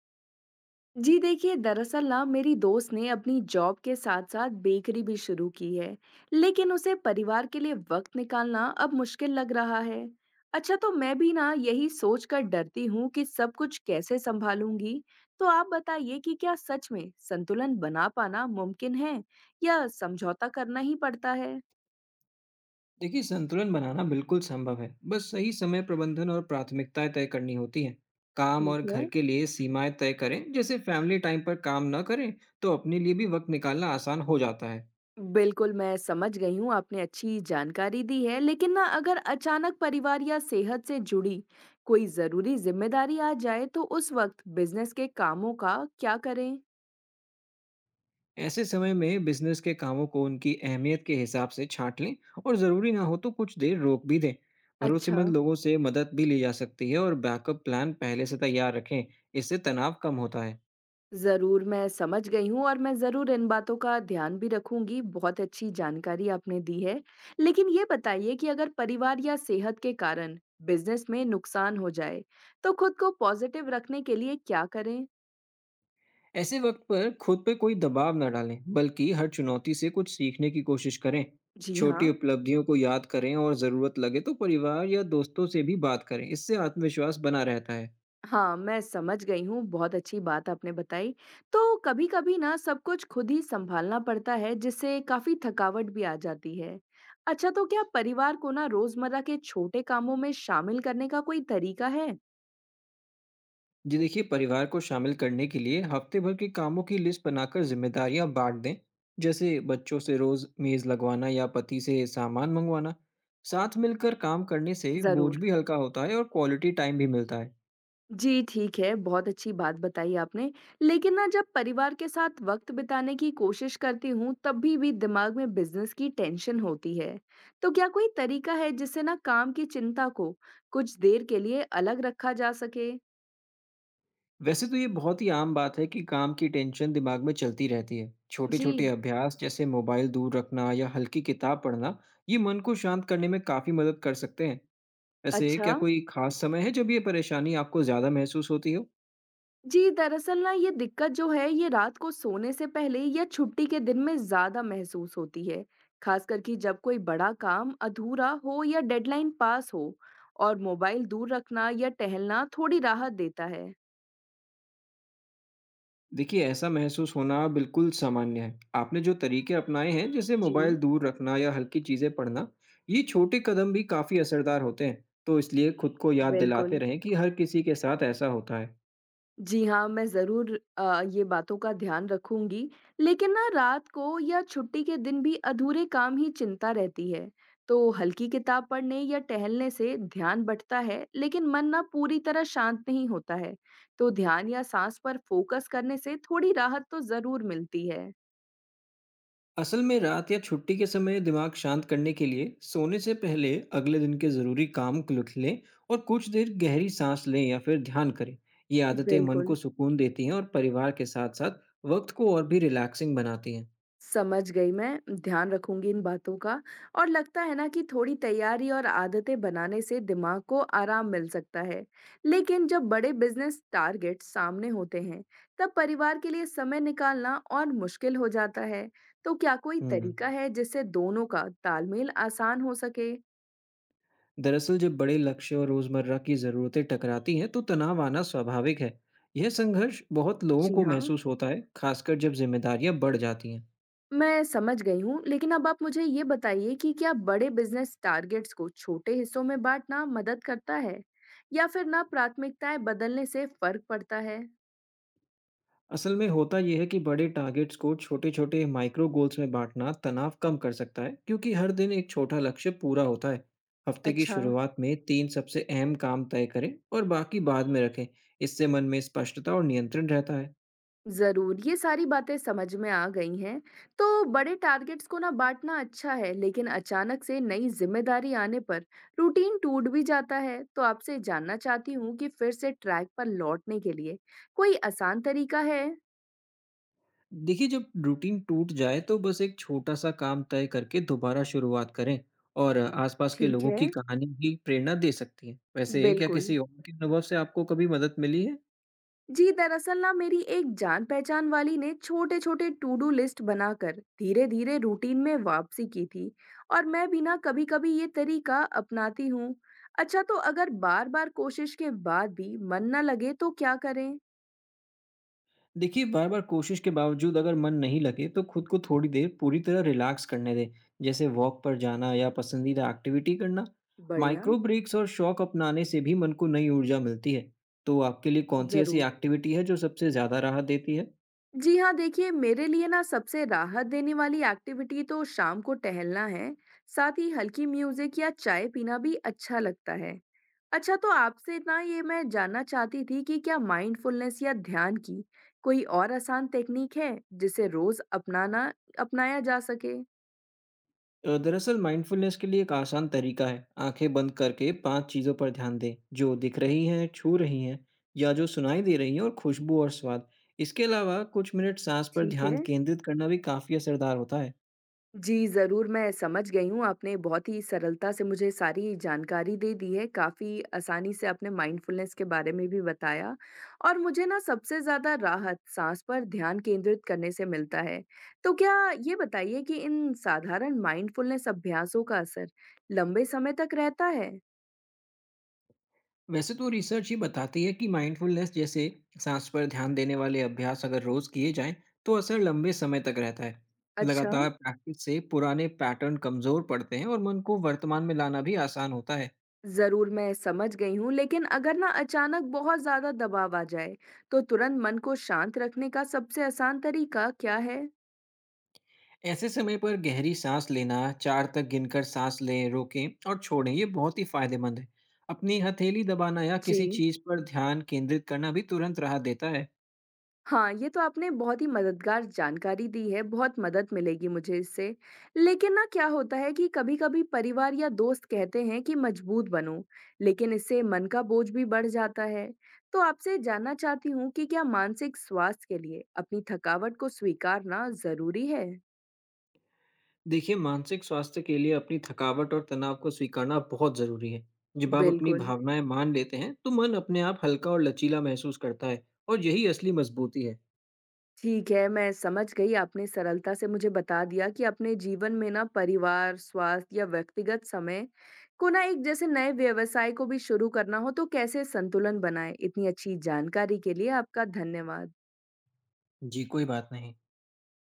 जी देखिए दरअसल ना मेरी दोस्त ने अपनी जॉब के साथ साथ बेकरी भी शुरू की है। लेकिन उसे परिवार के लिए वक्त निकालना अब मुश्किल लग रहा है। अच्छा, तो मैं भी ना यही सोच कर डरती हूँ कि सब कुछ कैसे संभालूंगी। तो आप बताइए कि क्या सच में संतुलन बना पाना मुमकिन है या समझौता करना ही पड़ता है? देखिए, संतुलन बनाना बिल्कुल संभव है। बस सही समय प्रबंधन और प्राथमिकताएं तय करनी होती हैं। काम ठीक और घर है। के लिए सीमाएं तय करें, जैसे फैमिली टाइम पर काम न करें। तो अपने लिए भी वक्त निकालना आसान हो जाता है। बिल्कुल, मैं समझ गई हूँ, आपने अच्छी जानकारी दी है। लेकिन ना अगर अचानक परिवार या सेहत से जुड़ी कोई ज़रूरी ज़िम्मेदारी आ जाए, तो उस वक़्त बिज़नेस के कामों का क्या करें? ऐसे समय में बिजनेस के कामों को उनकी अहमियत के हिसाब से छांट लें और ज़रूरी ना हो तो कुछ देर रोक भी दें। अच्छा। भरोसेमंद लोगों से मदद भी ली जा सकती है और बैकअप प्लान पहले से तैयार रखें। इससे तनाव कम होता है। ज़रूर, मैं समझ गई हूँ और मैं ज़रूर इन बातों का ध्यान भी रखूँगी। बहुत अच्छी जानकारी आपने दी है। लेकिन ये बताइए कि अगर परिवार या सेहत के कारण बिज़नेस में नुकसान हो जाए, तो खुद को पॉज़िटिव रखने के लिए क्या करें? ऐसे वक्त पर खुद पे कोई दबाव ना डालें, बल्कि हर चुनौती से कुछ सीखने की कोशिश करें। जी छोटी हाँ। उपलब्धियों को याद करें और ज़रूरत लगे तो परिवार या दोस्तों से भी बात करें। इससे आत्मविश्वास बना रहता है। हाँ, मैं समझ गई हूँ, बहुत अच्छी बात आपने बताई। तो कभी-कभी ना सब कुछ खुद ही सँभालना पड़ता है जिससे काफ़ी थकावट भी आ जाती है। अच्छा, तो क्या परिवार को ना रोज़मर्रा के छोटे कामों में शामिल करने का कोई तरीका है? जी देखिए, परिवार को शामिल करने के लिए हफ्ते भर के कामों की लिस्ट बनाकर जिम्मेदारियां बांट दें, जैसे बच्चों से रोज़ मेज़ लगवाना या पति से सामान मंगवाना। साथ मिलकर काम करने से बोझ ज़रूर। भी हल्का होता है और क्वालिटी टाइम भी मिलता है। जी, ठीक है, बहुत अच्छी बात बताई आपने। लेकिन ना जब परिवार के साथ वक़्त बिताने की कोशिश करती हूँ, तब भी दिमाग में बिज़नेस की टेंशन होती है। तो क्या कोई तरीका है जिससे ना काम की चिंता को कुछ देर के लिए अलग रखा जा सके? वैसे तो ये बहुत ही आम बात है कि काम की टेंशन दिमाग में चलती रहती है। छोटे-छोटे जी, अभ्यास जैसे मोबाइल दूर रखना या हल्की किताब पढ़ना, ये मन को शांत करने में काफ़ी मदद कर सकते हैं। वैसे अच्छा। क्या कोई खास समय है जब ये परेशानी आपको ज़्यादा महसूस होती हो? जी, दरअसल ना ये दिक्कत जो है ये रात को सोने से पहले या छुट्टी के दिन में ज़्यादा महसूस होती है, ख़ासकर कि जब कोई बड़ा काम अधूरा हो या डेडलाइन पास हो और मोबाइल दूर रखना या टहलना थोड़ी राहत देता है। देखिए, ऐसा महसूस होना बिल्कुल सामान्य है। आपने जो तरीके अपनाए हैं, जैसे मोबाइल जी, दूर रखना या हल्की चीज़ें पढ़ना, ये छोटे कदम भी काफ़ी असरदार होते हैं। तो इसलिए खुद को याद दिलाते बिल्कुल। रहें कि हर किसी के साथ ऐसा होता है। जी हाँ, मैं ज़रूर ये बातों का ध्यान रखूँगी, लेकिन ना रात को या छुट्टी के दिन भी अधूरे काम ही चिंता रहती है। तो हल्की किताब पढ़ने या टहलने से ध्यान बँटता है, लेकिन मन ना पूरी तरह शांत नहीं होता है। तो ध्यान या साँस पर फ़ोकस करने से थोड़ी राहत तो ज़रूर मिलती है। असल में रात या छुट्टी के समय दिमाग शांत करने के लिए सोने से पहले अगले दिन के जरूरी काम को लिख लें और कुछ देर गहरी सांस लें या फिर ध्यान करें। ये आदतें मन बिल्कुल। को सुकून देती हैं और परिवार के साथ साथ वक्त को और भी रिलैक्सिंग बनाती हैं। समझ गई मैं, ध्यान रखूँगी इन बातों का। और लगता है ना कि थोड़ी तैयारी और आदतें बनाने से दिमाग को आराम मिल सकता है। लेकिन जब बड़े बिज़नेस टारगेट सामने होते हैं, तब परिवार के लिए समय निकालना और मुश्किल हो जाता है। तो क्या कोई हम्म तरीका है जिससे दोनों का तालमेल आसान हो सके? दरअसल जब बड़े लक्ष्य और रोजमर्रा की जरूरतें टकराती हैं तो तनाव आना स्वाभाविक है। यह संघर्ष बहुत लोगों जी को हाँ। महसूस होता है, खासकर जब जिम्मेदारियां बढ़ जाती हैं। मैं समझ गई हूँ, लेकिन अब आप मुझे ये बताइए कि क्या बड़े बिज़नेस टारगेट्स को छोटे हिस्सों में बाँटना मदद करता है? या फिर ना प्राथमिकताएँ बदलने से फ़र्क पड़ता है? असल में होता यह है कि बड़े टारगेट्स को छोटे छोटे माइक्रो गोल्स में बांटना तनाव कम कर सकता है, क्योंकि हर दिन एक छोटा लक्ष्य पूरा होता है। हफ्ते की अच्छा। शुरुआत में तीन सबसे अहम काम तय करें और बाकी बाद में रखें। इससे मन में स्पष्टता और नियंत्रण रहता है। ज़रूर, ये सारी बातें समझ में आ गई हैं। तो बड़े टारगेट्स को ना बाँटना अच्छा है, लेकिन अचानक से नई ज़िम्मेदारी आने पर रूटीन टूट भी जाता है। तो आपसे जानना चाहती हूँ कि फिर से ट्रैक पर लौटने के लिए कोई आसान तरीका है? देखिए, जब रूटीन टूट जाए तो बस एक छोटा सा काम तय करके दोबारा शुरुआत करें। और आसपास के ठीक लोगों है। की कहानी भी प्रेरणा दे सकती है। वैसे क्या बिल्कुल। किसी और के अनुभव से आपको कभी मदद मिली है? जी दरअसल ना मेरी एक जान पहचान वाली ने छोटे छोटे टू डू लिस्ट बनाकर धीरे धीरे रूटीन में वापसी की थी और मैं भी ना कभी कभी ये तरीका अपनाती हूँ। अच्छा, तो अगर बार बार कोशिश के बाद भी मन ना लगे तो क्या करें? देखिए, बार-बार कोशिश के बावजूद अगर मन नहीं लगे तो खुद को थोड़ी देर पूरी तरह रिलैक्स करने दें, जैसे वॉक पर जाना या पसंदीदा एक्टिविटी करना। बढ़िया। माइक्रो ब्रेक्स और शौक अपनाने से भी मन को नई ऊर्जा मिलती है। तो आपके लिए कौन-सी ऐसी जरूर। एक्टिविटी है जो सबसे ज़्यादा राहत देती है? जी हाँ, देखिए मेरे लिए ना सबसे राहत देने वाली एक्टिविटी तो शाम को टहलना है। साथ ही हल्की म्यूजिक या चाय पीना भी अच्छा लगता है। अच्छा, तो आपसे ना ये मैं जानना चाहती थी कि क्या माइंडफुलनेस या ध्यान की कोई और आसान टेक्निक है जिसे रोज अपनाना अपनाया जा सके? दरअसल माइंडफुलनेस के लिए एक आसान तरीका है, आंखें बंद करके 5 चीज़ों पर ध्यान दें, जो दिख रही हैं, छू रही हैं या जो सुनाई दे रही हैं, और खुशबू और स्वाद। इसके अलावा कुछ मिनट साँस पर ठीक है। ध्यान केंद्रित करना भी काफ़ी असरदार होता है। जी, ज़रूर, मैं समझ गई हूँ, आपने बहुत ही सरलता से मुझे सारी जानकारी दे दी है, काफ़ी आसानी से आपने माइंडफुलनेस के बारे में भी बताया और मुझे ना सबसे ज़्यादा राहत साँस पर ध्यान केंद्रित करने से मिलता है। तो क्या ये बताइए कि इन साधारण माइंडफुलनेस अभ्यासों का असर लंबे समय तक रहता है? वैसे तो रिसर्च ये बताती है कि माइंडफुलनेस जैसे सांस पर ध्यान देने वाले अभ्यास अगर रोज किए जाएं तो असर लंबे समय तक रहता है। अच्छा। लगातार प्रैक्टिस से पुराने पैटर्न कमजोर पड़ते हैं और मन को वर्तमान में लाना भी आसान होता है। ज़रूर, मैं समझ गई हूँ, लेकिन अगर ना अचानक बहुत ज़्यादा दबाव आ जाए, तो तुरंत मन को शांत रखने का सबसे आसान तरीका क्या है? ऐसे समय पर गहरी सांस लेना, चार तक गिनकर सांस लें, रोकें और छोड़ें, ये बहुत ही फायदेमंद है। अपनी हथेली दबाना या जी। किसी चीज पर ध्यान केंद्रित करना भी तुरंत राहत देता है। हाँ, ये तो आपने बहुत ही मददगार जानकारी दी है, बहुत मदद मिलेगी मुझे इससे। लेकिन ना क्या होता है कि कभी-कभी परिवार या दोस्त कहते हैं कि मजबूत बनो, लेकिन इससे मन का बोझ भी बढ़ जाता है। तो आपसे जानना चाहती हूँ कि क्या मानसिक स्वास्थ्य के लिए अपनी थकावट को स्वीकारना ज़रूरी है? देखिए, मानसिक स्वास्थ्य के लिए अपनी थकावट और तनाव को स्वीकारना बहुत ज़रूरी है। जब आप अपनी बिल्कुल। भावनाएँ मान लेते हैं, तो मन अपने आप हल्का और लचीला महसूस करता है और यही असली मजबूती है। ठीक है, मैं समझ गई आपने सरलता से मुझे बता दिया कि अपने जीवन में ना परिवार, स्वास्थ्य या व्यक्तिगत समय को ना एक जैसे नए व्यवसाय को भी शुरू करना हो तो कैसे संतुलन बनाएँ। इतनी अच्छी जानकारी के लिए आपका धन्यवाद। जी, कोई बात नहीं।